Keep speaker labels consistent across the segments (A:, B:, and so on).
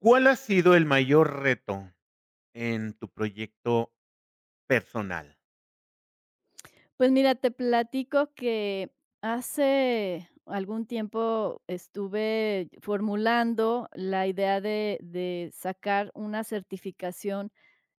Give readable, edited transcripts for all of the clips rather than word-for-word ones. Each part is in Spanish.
A: ¿Cuál ha sido el mayor reto en tu proyecto personal?
B: Pues mira, te platico que hace algún tiempo estuve formulando la idea de sacar una certificación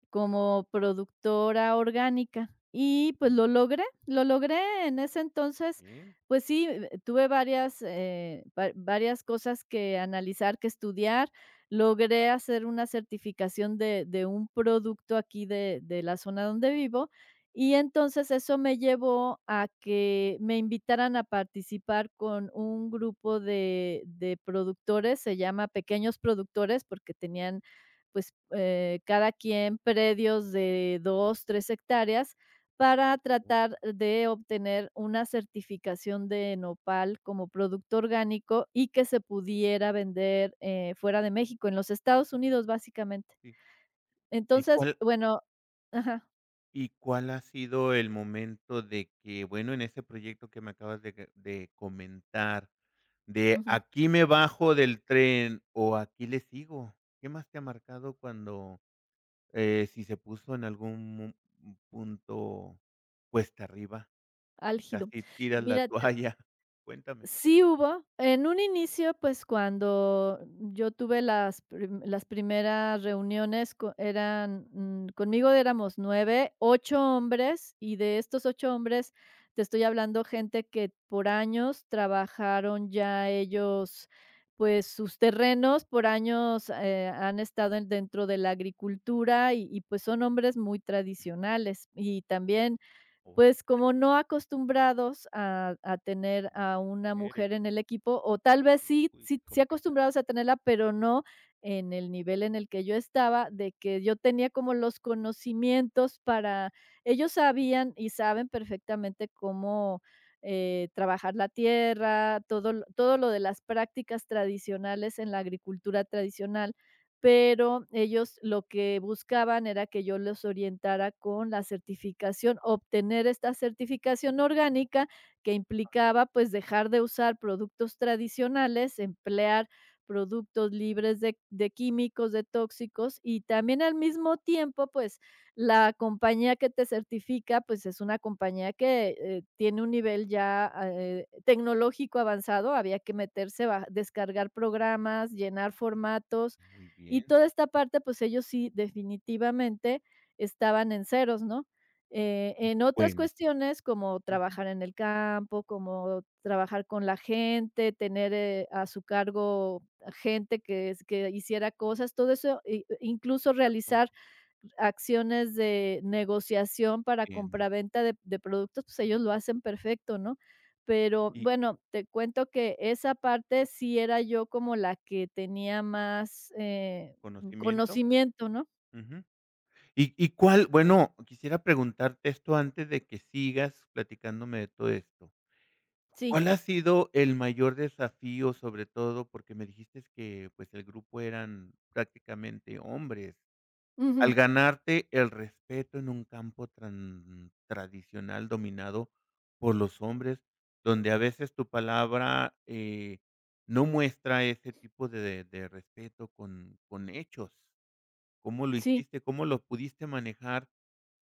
B: como productora orgánica. Y pues
A: Muy
B: lo logré en ese entonces,
A: bien,
B: pues sí, tuve varias, varias cosas que analizar, que estudiar. Logré hacer una certificación de un producto aquí de la zona donde vivo. Y entonces eso me llevó a que me invitaran a participar con un grupo de productores, se llama Pequeños Productores, porque tenían pues, cada quien predios de 2 3 hectáreas para tratar de obtener una certificación de nopal como producto orgánico y que se pudiera vender, fuera de México, en los Estados Unidos, básicamente.
A: sí. ¿Y
B: Entonces,
A: cuál
B: bueno, ajá.
A: y cuál ha sido el momento de que, bueno, en ese proyecto que me acabas de que de comentar, de
B: Ujú.
A: aquí me bajo del tren o aquí le sigo? ¿Qué más te ha marcado cuando, si se puso en algún punto cuesta arriba y
B: Álgido.
A: casi tiras la
B: Mira,
A: toalla? Cuéntame.
B: sí hubo. En un inicio, pues, cuando yo tuve las prim las primeras reuniones co eran, conmigo éramos 9, 8 hombres, y de estos 8 hombres, te estoy hablando gente que por años trabajaron ya ellos, pues, sus terrenos, por años, han estado en dentro de la agricultura y, pues, son hombres muy tradicionales. Y también
A: Oh,
B: pues, como no acostumbrados a tener
A: tener
B: a una
A: mujeres,
B: mujer en el equipo, o tal vez sí,
A: uy,
B: sí, sí
A: complicado.
B: acostumbrados a tenerla, pero no en el nivel en el que yo estaba, de que yo tenía como los conocimientos para ellos sabían y saben perfectamente cómo, trabajar la tierra, todo lo de las prácticas tradicionales en la agricultura tradicional, pero ellos lo que buscaban era que yo los orientara con la certificación, obtener esta certificación orgánica que implicaba pues dejar de usar productos tradicionales, emplear productos libres de químicos, de tóxicos, y también al mismo tiempo pues la compañía que te certifica pues es una compañía que tiene un nivel ya tecnológico avanzado, había que meterse, a descargar programas, llenar formatos,
A: Muy
B: y
A: bien,
B: toda esta parte, pues, ellos sí, definitivamente estaban en ceros, ¿no? En otras
A: bueno,
B: cuestiones, como
A: ujú,
B: trabajar en el campo, como trabajar con la gente, tener, a su cargo gente que es que hiciera cosas, todo eso, i incluso
A: estás
B: realizar acciones de negociación para
A: compitiendo.
B: compraventa de productos, pues ellos lo hacen perfecto, ¿no? Pero
A: Y
B: bueno, te cuento que esa parte sí era yo como la que tenía más,
A: conocimiento,
B: conocimiento, ¿no?
A: ujú. ¿Y cuál? Bueno, quisiera preguntarte esto antes de que sigas platicándome de todo esto.
B: Sí.
A: ¿Cuál ha sido el mayor desafío? Sobre todo porque me dijiste que, pues, el grupo eran prácticamente hombres. Al
B: Ujú.
A: ganarte el respeto en un campo tran tradicional dominado por los hombres, donde a veces tu palabra, no muestra ese tipo de respeto con hechos. ¿Cómo lo
B: Sí.
A: hiciste? ¿Cómo lo pudiste manejar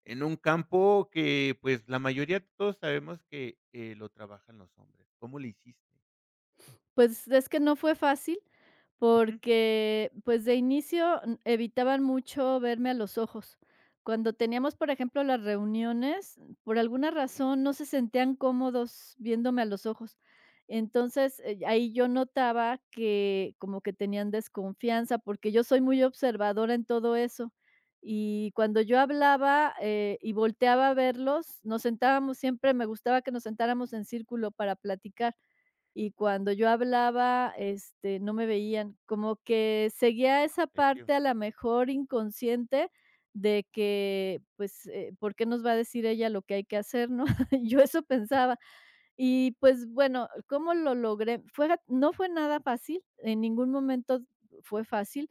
A: en un campo que, pues, la mayoría de todos sabemos que, lo trabajan los hombres? ¿Cómo lo hiciste?
B: Pues es que no fue fácil,
A: Ujú.
B: porque, pues, de inicio, evitaban mucho verme a los ojos. Cuando teníamos, por ejemplo, las reuniones, por alguna
A: Okey,
B: razón no se sentían cómodos viéndome a los ojos. Entonces, ahí yo notaba que como que tenían desconfianza, porque yo soy muy observadora en todo eso. Y cuando yo hablaba, y volteaba a verlos, nos sentábamos siempre, me gustaba que nos sentáramos en círculo para platicar, y cuando yo hablaba, no me veían, como que seguía esa
A: en serio,
B: parte a la mejor inconsciente de que, pues, ¿por qué nos va a decir ella lo que hay que hacer, no? Yo eso pensaba. Y pues bueno, ¿cómo lo logré? No fue nada fácil, en ningún momento fue fácil,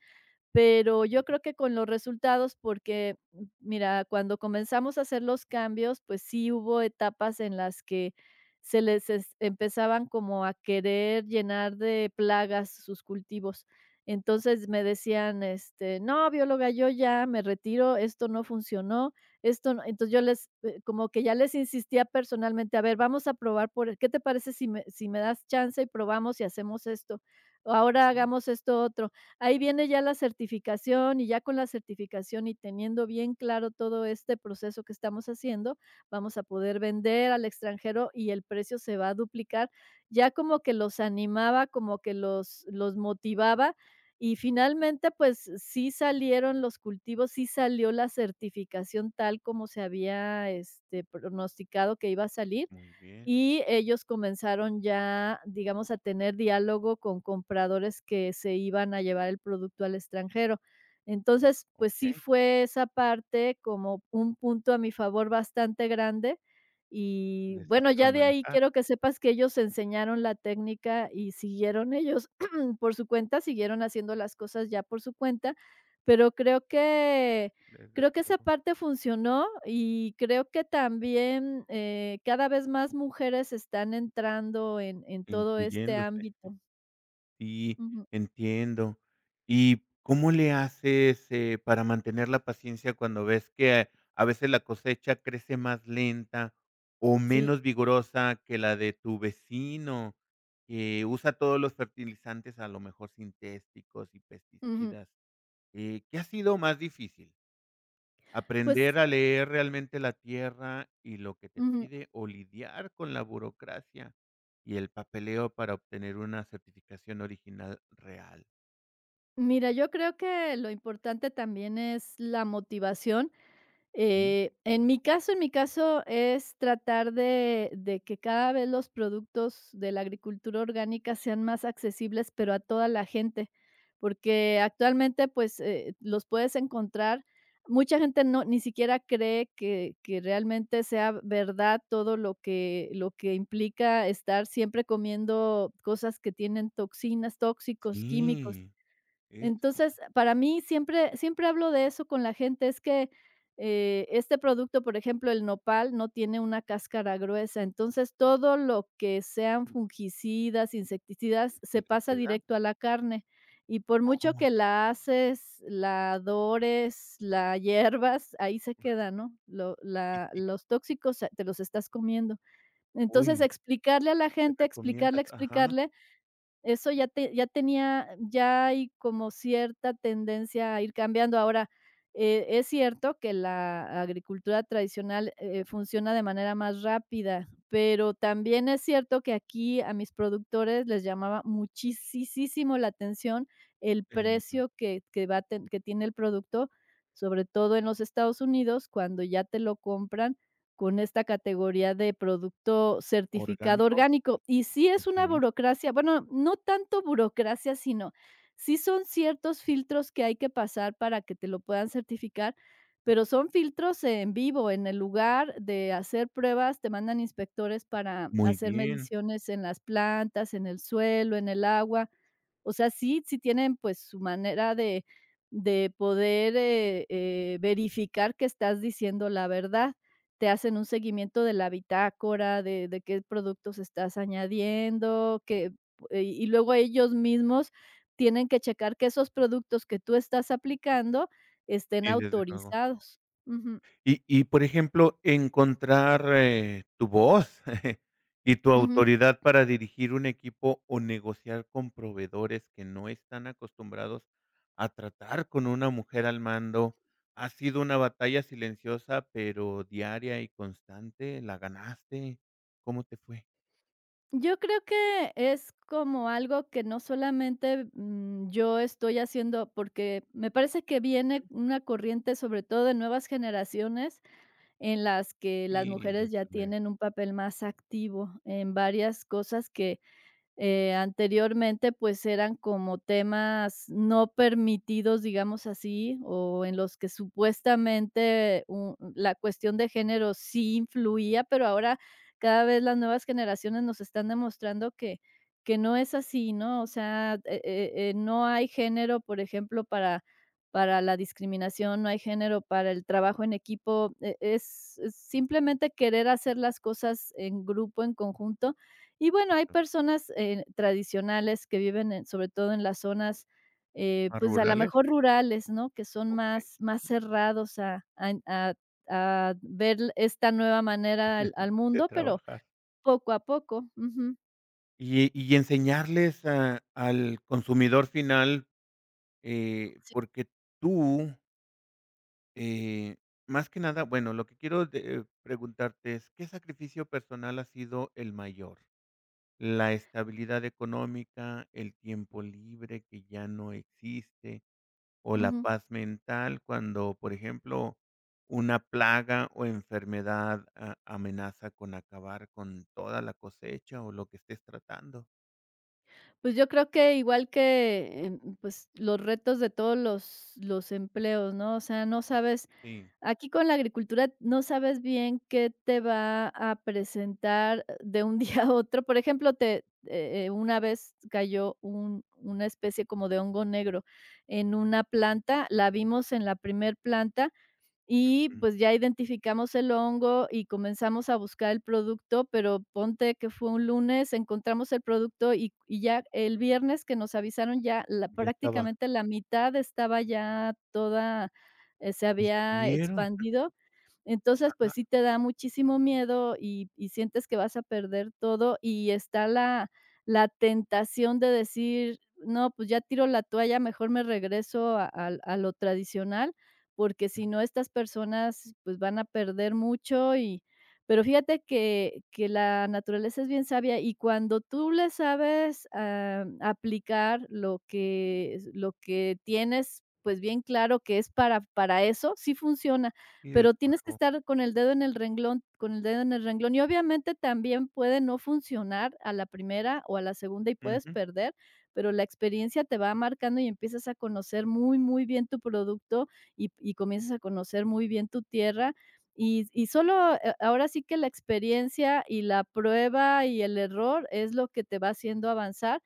B: pero yo
A: bien,
B: creo que con los resultados, porque, mira, cuando comenzamos a hacer los cambios, pues sí hubo etapas en las que se les es empezaban como a querer llenar de plagas sus cultivos. Entonces me decían: "No, bióloga, yo ya me retiro, esto no funcionó, esto no". Entonces yo les, como que ya les insistía personalmente: "A ver, vamos a probar por ¿qué te parece si me das chance y probamos y hacemos esto? O ahora
A: ujú,
B: hagamos esto otro". Ahí viene ya la certificación y ya con la certificación y teniendo bien claro todo este proceso que estamos haciendo, vamos a poder vender al extranjero y el precio se va a duplicar. Ya como que los animaba, como que los motivaba. Y finalmente, pues sí salieron los cultivos, sí salió la certificación tal como se había pronosticado que iba a salir,
A: muy bien,
B: y ellos comenzaron ya, digamos, a tener diálogo con compradores que se iban a llevar el producto al extranjero. Entonces, pues sí
A: okey,
B: fue esa parte como un punto a mi favor bastante grande. Y
A: de
B: bueno,
A: saberlo
B: ya de ahí
A: manejar,
B: quiero que sepas que ellos enseñaron la técnica y siguieron ellos por su cuenta, siguieron haciendo las cosas ya por su cuenta, pero creo que
A: desde
B: Creo que esa
A: luego.
B: parte funcionó y creo que también, cada vez más mujeres están entrando en todo este
A: Incluyéndose.
B: ámbito.
A: Sí,
B: Ujú.
A: entiendo. ¿Y cómo le haces, para mantener la paciencia cuando ves que a veces la cosecha crece más lenta o
B: Sí.
A: menos vigorosa que la de tu vecino, que usa todos los fertilizantes, a lo mejor sintéticos y
B: Ujú.
A: pesticidas? ¿Qué ha sido más difícil? Aprender
B: Pues.
A: a leer realmente la tierra y lo que te
B: Ujú.
A: pide, o lidiar con la burocracia y el papeleo para obtener una certificación original real.
B: Mira, yo creo que lo importante también es la motivación.
A: Mm,
B: En mi caso, es tratar de que cada vez los productos de la agricultura orgánica sean más accesibles, pero a toda la gente, porque actualmente, pues, los puedes encontrar. Mucha gente ni siquiera cree que realmente sea verdad todo lo que implica estar siempre comiendo cosas que tienen toxinas, tóxicos, químicos.
A: sí, eso.
B: Entonces, para mí siempre siempre hablo de eso con la gente, es que, este producto, por ejemplo, el nopal no tiene una cáscara gruesa, entonces todo lo que sean fungicidas, insecticidas,
A: ¿Se
B: se
A: le
B: pasa
A: queda?
B: directo a la carne. Y por mucho
A: Oh.
B: que la haces, la adores, la hierbas, ahí se queda, ¿no? Lo
A: Y
B: la
A: y
B: los tóxicos, te los estás comiendo. Entonces,
A: uy,
B: explicarle a la
A: ¿qué
B: gente,
A: recomiendas?
B: explicarle,
A: Ajá,
B: explicarle eso ya te ya tenía ya hay como cierta tendencia a ir cambiando. Ahora, es cierto que la agricultura tradicional, funciona de manera más rápida, pero también es cierto que aquí a mis productores les llamaba muchisisísimo la atención el
A: el
B: precio que va a ten que tiene el producto, sobre todo en los Estados Unidos, cuando ya te lo compran, con esta categoría de producto certificado
A: orgánico,
B: orgánico. Y sí es una
A: okey,
B: burocracia, bueno, no tanto burocracia, sino sí son ciertos filtros que hay que pasar para que te lo puedan certificar, pero son filtros en vivo, en el lugar de hacer pruebas, te mandan inspectores para
A: muy
B: hacer
A: bien.
B: mediciones en las plantas, en el suelo, en el agua. O sea, sí, sí tienen pues su manera de poder verificar que estás diciendo la verdad, te hacen un seguimiento de la bitácora, de qué productos estás añadiendo, que y luego ellos mismos tienen que checar que esos productos que tú estás aplicando estén
A: Y desde luego.
B: autorizados. Ujú,
A: Y, por ejemplo, encontrar, tu voz y tu
B: ujú.
A: autoridad para dirigir un equipo o negociar con proveedores que no están acostumbrados a tratar con una mujer al mando, ha sido una batalla silenciosa, pero diaria y constante, ¿la ganaste? ¿Cómo te fue?
B: Yo creo que es como algo que no solamente, yo estoy haciendo, porque me parece que viene una corriente, sobre todo de nuevas generaciones, en las que las
A: Y
B: mujeres
A: desde
B: ya
A: luego.
B: tienen un papel más activo en varias cosas que Anteriormente, pues, eran como temas no permitidos, digamos así, o en los que supuestamente u la cuestión de género sí influía, pero ahora cada vez las nuevas generaciones nos están demostrando que no es así, ¿no? O sea, no hay género, por ejemplo, para la discriminación, no hay género para el trabajo en equipo, es simplemente querer hacer las cosas en grupo, en conjunto, y bueno, hay personas, tradicionales que viven en sobre todo en las zonas,
A: ¿Más
B: pues, a lo
A: rurales?
B: mejor rurales, ¿no? Que son
A: Okey,
B: más cerrados a ver esta nueva manera al
A: de
B: mundo, pero
A: trabajar.
B: poco a poco. Ujú.
A: Y enseñarles a al consumidor final,
B: Sí.
A: porque tú Eh, más que nada, bueno, lo que quiero de preguntarte es, ¿qué sacrificio personal ha sido el mayor? ¿La estabilidad económica, el tiempo libre que ya no existe o la
B: Ujú.
A: paz mental cuando, por ejemplo, una plaga o enfermedad amenaza con acabar con toda la cosecha o lo que estés tratando?
B: Pues, yo creo que igual que, pues, los retos de todos los empleos, ¿no? O sea, no sabes.
A: Sí.
B: Aquí con la agricultura no sabes bien qué te va a presentar, de un día a otro. Por ejemplo, te una vez cayó un una especie como de hongo negro en una planta, la vimos en la primer planta y
A: Ujú.
B: pues ya identificamos el hongo y comenzamos a buscar el producto, pero ponte que fue un lunes, encontramos el producto y ya el viernes que nos avisaron, ya la
A: Ya estaba.
B: prácticamente la mitad estaba ya toda, se había
A: ¿Hicieron?
B: expandido. Entonces, pues
A: Ajá.
B: sí te da muchísimo miedo y sientes que vas a perder todo, y está la tentación de decir: "No, pues ya tiro la toalla, mejor me regreso a lo tradicional", porque si no,
A: Ujú.
B: estas personas, pues, van a perder mucho pero fíjate que la naturaleza es bien sabia, y cuando tú le sabes, aplicar lo que tienes, pues, bien claro que es para eso, sí funciona,
A: Y desde
B: pero tienes que
A: luego.
B: estar con el dedo en el renglón con el dedo en el renglón. Y obviamente también puede no funcionar a la primera o a la segunda y puedes
A: Ujú.
B: perder, pero la experiencia te va marcando y empiezas a conocer muy, muy bien tu producto y comienzas a conocer muy bien tu tierra. Y solo, ahora sí que la experiencia y la prueba y el error es lo que te va haciendo avanzar.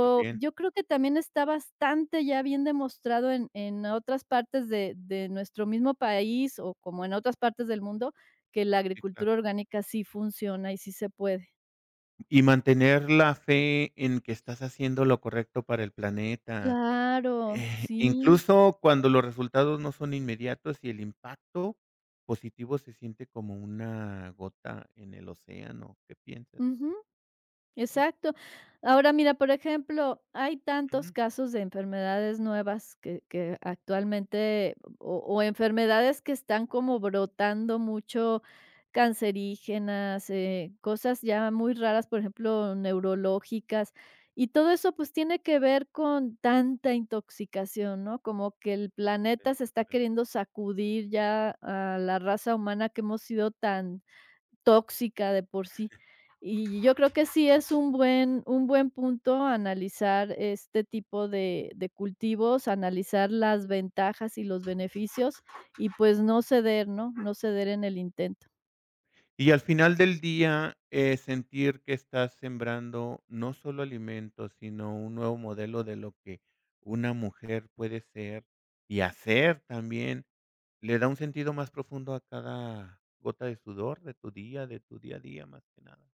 A: Muy bien.
B: yo creo que también está bastante ya bien demostrado en otras partes de nuestro mismo país, o como en otras partes del mundo, que la
A: Sí, claro.
B: agricultura orgánica sí funciona y sí se puede.
A: Y mantener la fe en que estás haciendo lo correcto para el planeta,
B: Claro, sí.
A: incluso cuando los resultados no son inmediatos y el impacto positivo se siente como una gota en el océano, ¿qué piensas?
B: Ujú.
A: Sí,
B: Exacto. Ahora mira, por ejemplo, hay tantos
A: ujú.
B: casos de enfermedades nuevas que actualmente o enfermedades que están como brotando mucho, cancerígenas, cosas ya muy raras, por ejemplo, neurológicas, y todo eso, pues, tiene que ver con tanta intoxicación, ¿no? Como que el planeta se
A: Desde
B: está
A: luego.
B: queriendo sacudir ya a la raza humana que hemos sido tan tóxica de por sí. Y yo creo que sí es un buen punto analizar este tipo de cultivos, analizar las ventajas y los beneficios, y, pues, no ceder, ¿no? No ceder en el intento.
A: Y al final del día, sentir que estás sembrando no solo alimentos, sino un nuevo modelo de lo que una mujer puede ser y hacer también, le da un sentido más profundo a cada gota de sudor de tu día a día, más que nada.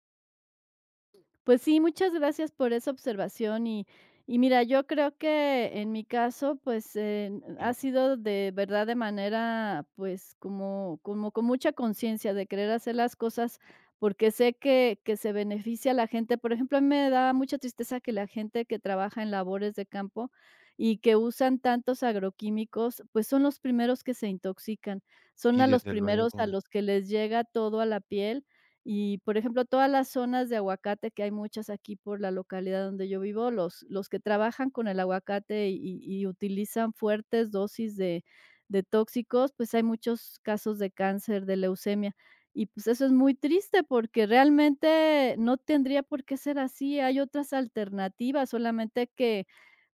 B: Pues sí, muchas gracias por esa observación, y mira, yo creo que en mi caso, pues, ha
A: Sí,
B: sido de verdad de manera, pues, como con mucha conciencia de querer hacer las cosas, porque sé que se beneficia a la gente. Por ejemplo, a mí me da mucha tristeza que la gente que trabaja en labores de campo y que usan tantos agroquímicos, pues, son los primeros que se intoxican, son
A: sí,
B: a los
A: desde
B: primeros
A: luego,
B: a los que les llega todo a la piel, y, por ejemplo, todas las zonas de aguacate, que hay muchas aquí por la localidad donde yo vivo, los que trabajan con el aguacate y utilizan fuertes dosis de tóxicos, pues, hay muchos casos de cáncer, de leucemia. Y, pues, eso es muy triste, porque realmente no tendría por qué ser así. Hay otras alternativas, solamente que,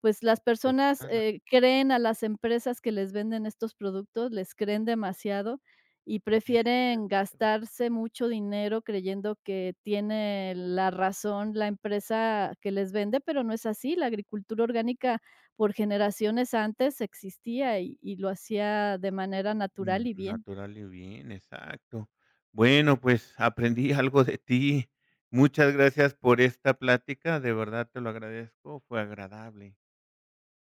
B: pues, las personas,
A: buscarla.
B: creen a las empresas que les venden estos productos, les creen demasiado, y
A: Sí, desde.
B: prefieren gastarse mucho dinero creyendo que tiene la razón la empresa que les vende, pero no es así. La agricultura orgánica por generaciones antes existía y lo hacía de manera
A: Mm,
B: natural y bien.
A: natural y bien, exacto. Bueno, pues aprendí algo de ti. Muchas gracias por esta plática, de verdad te lo agradezco, fue agradable.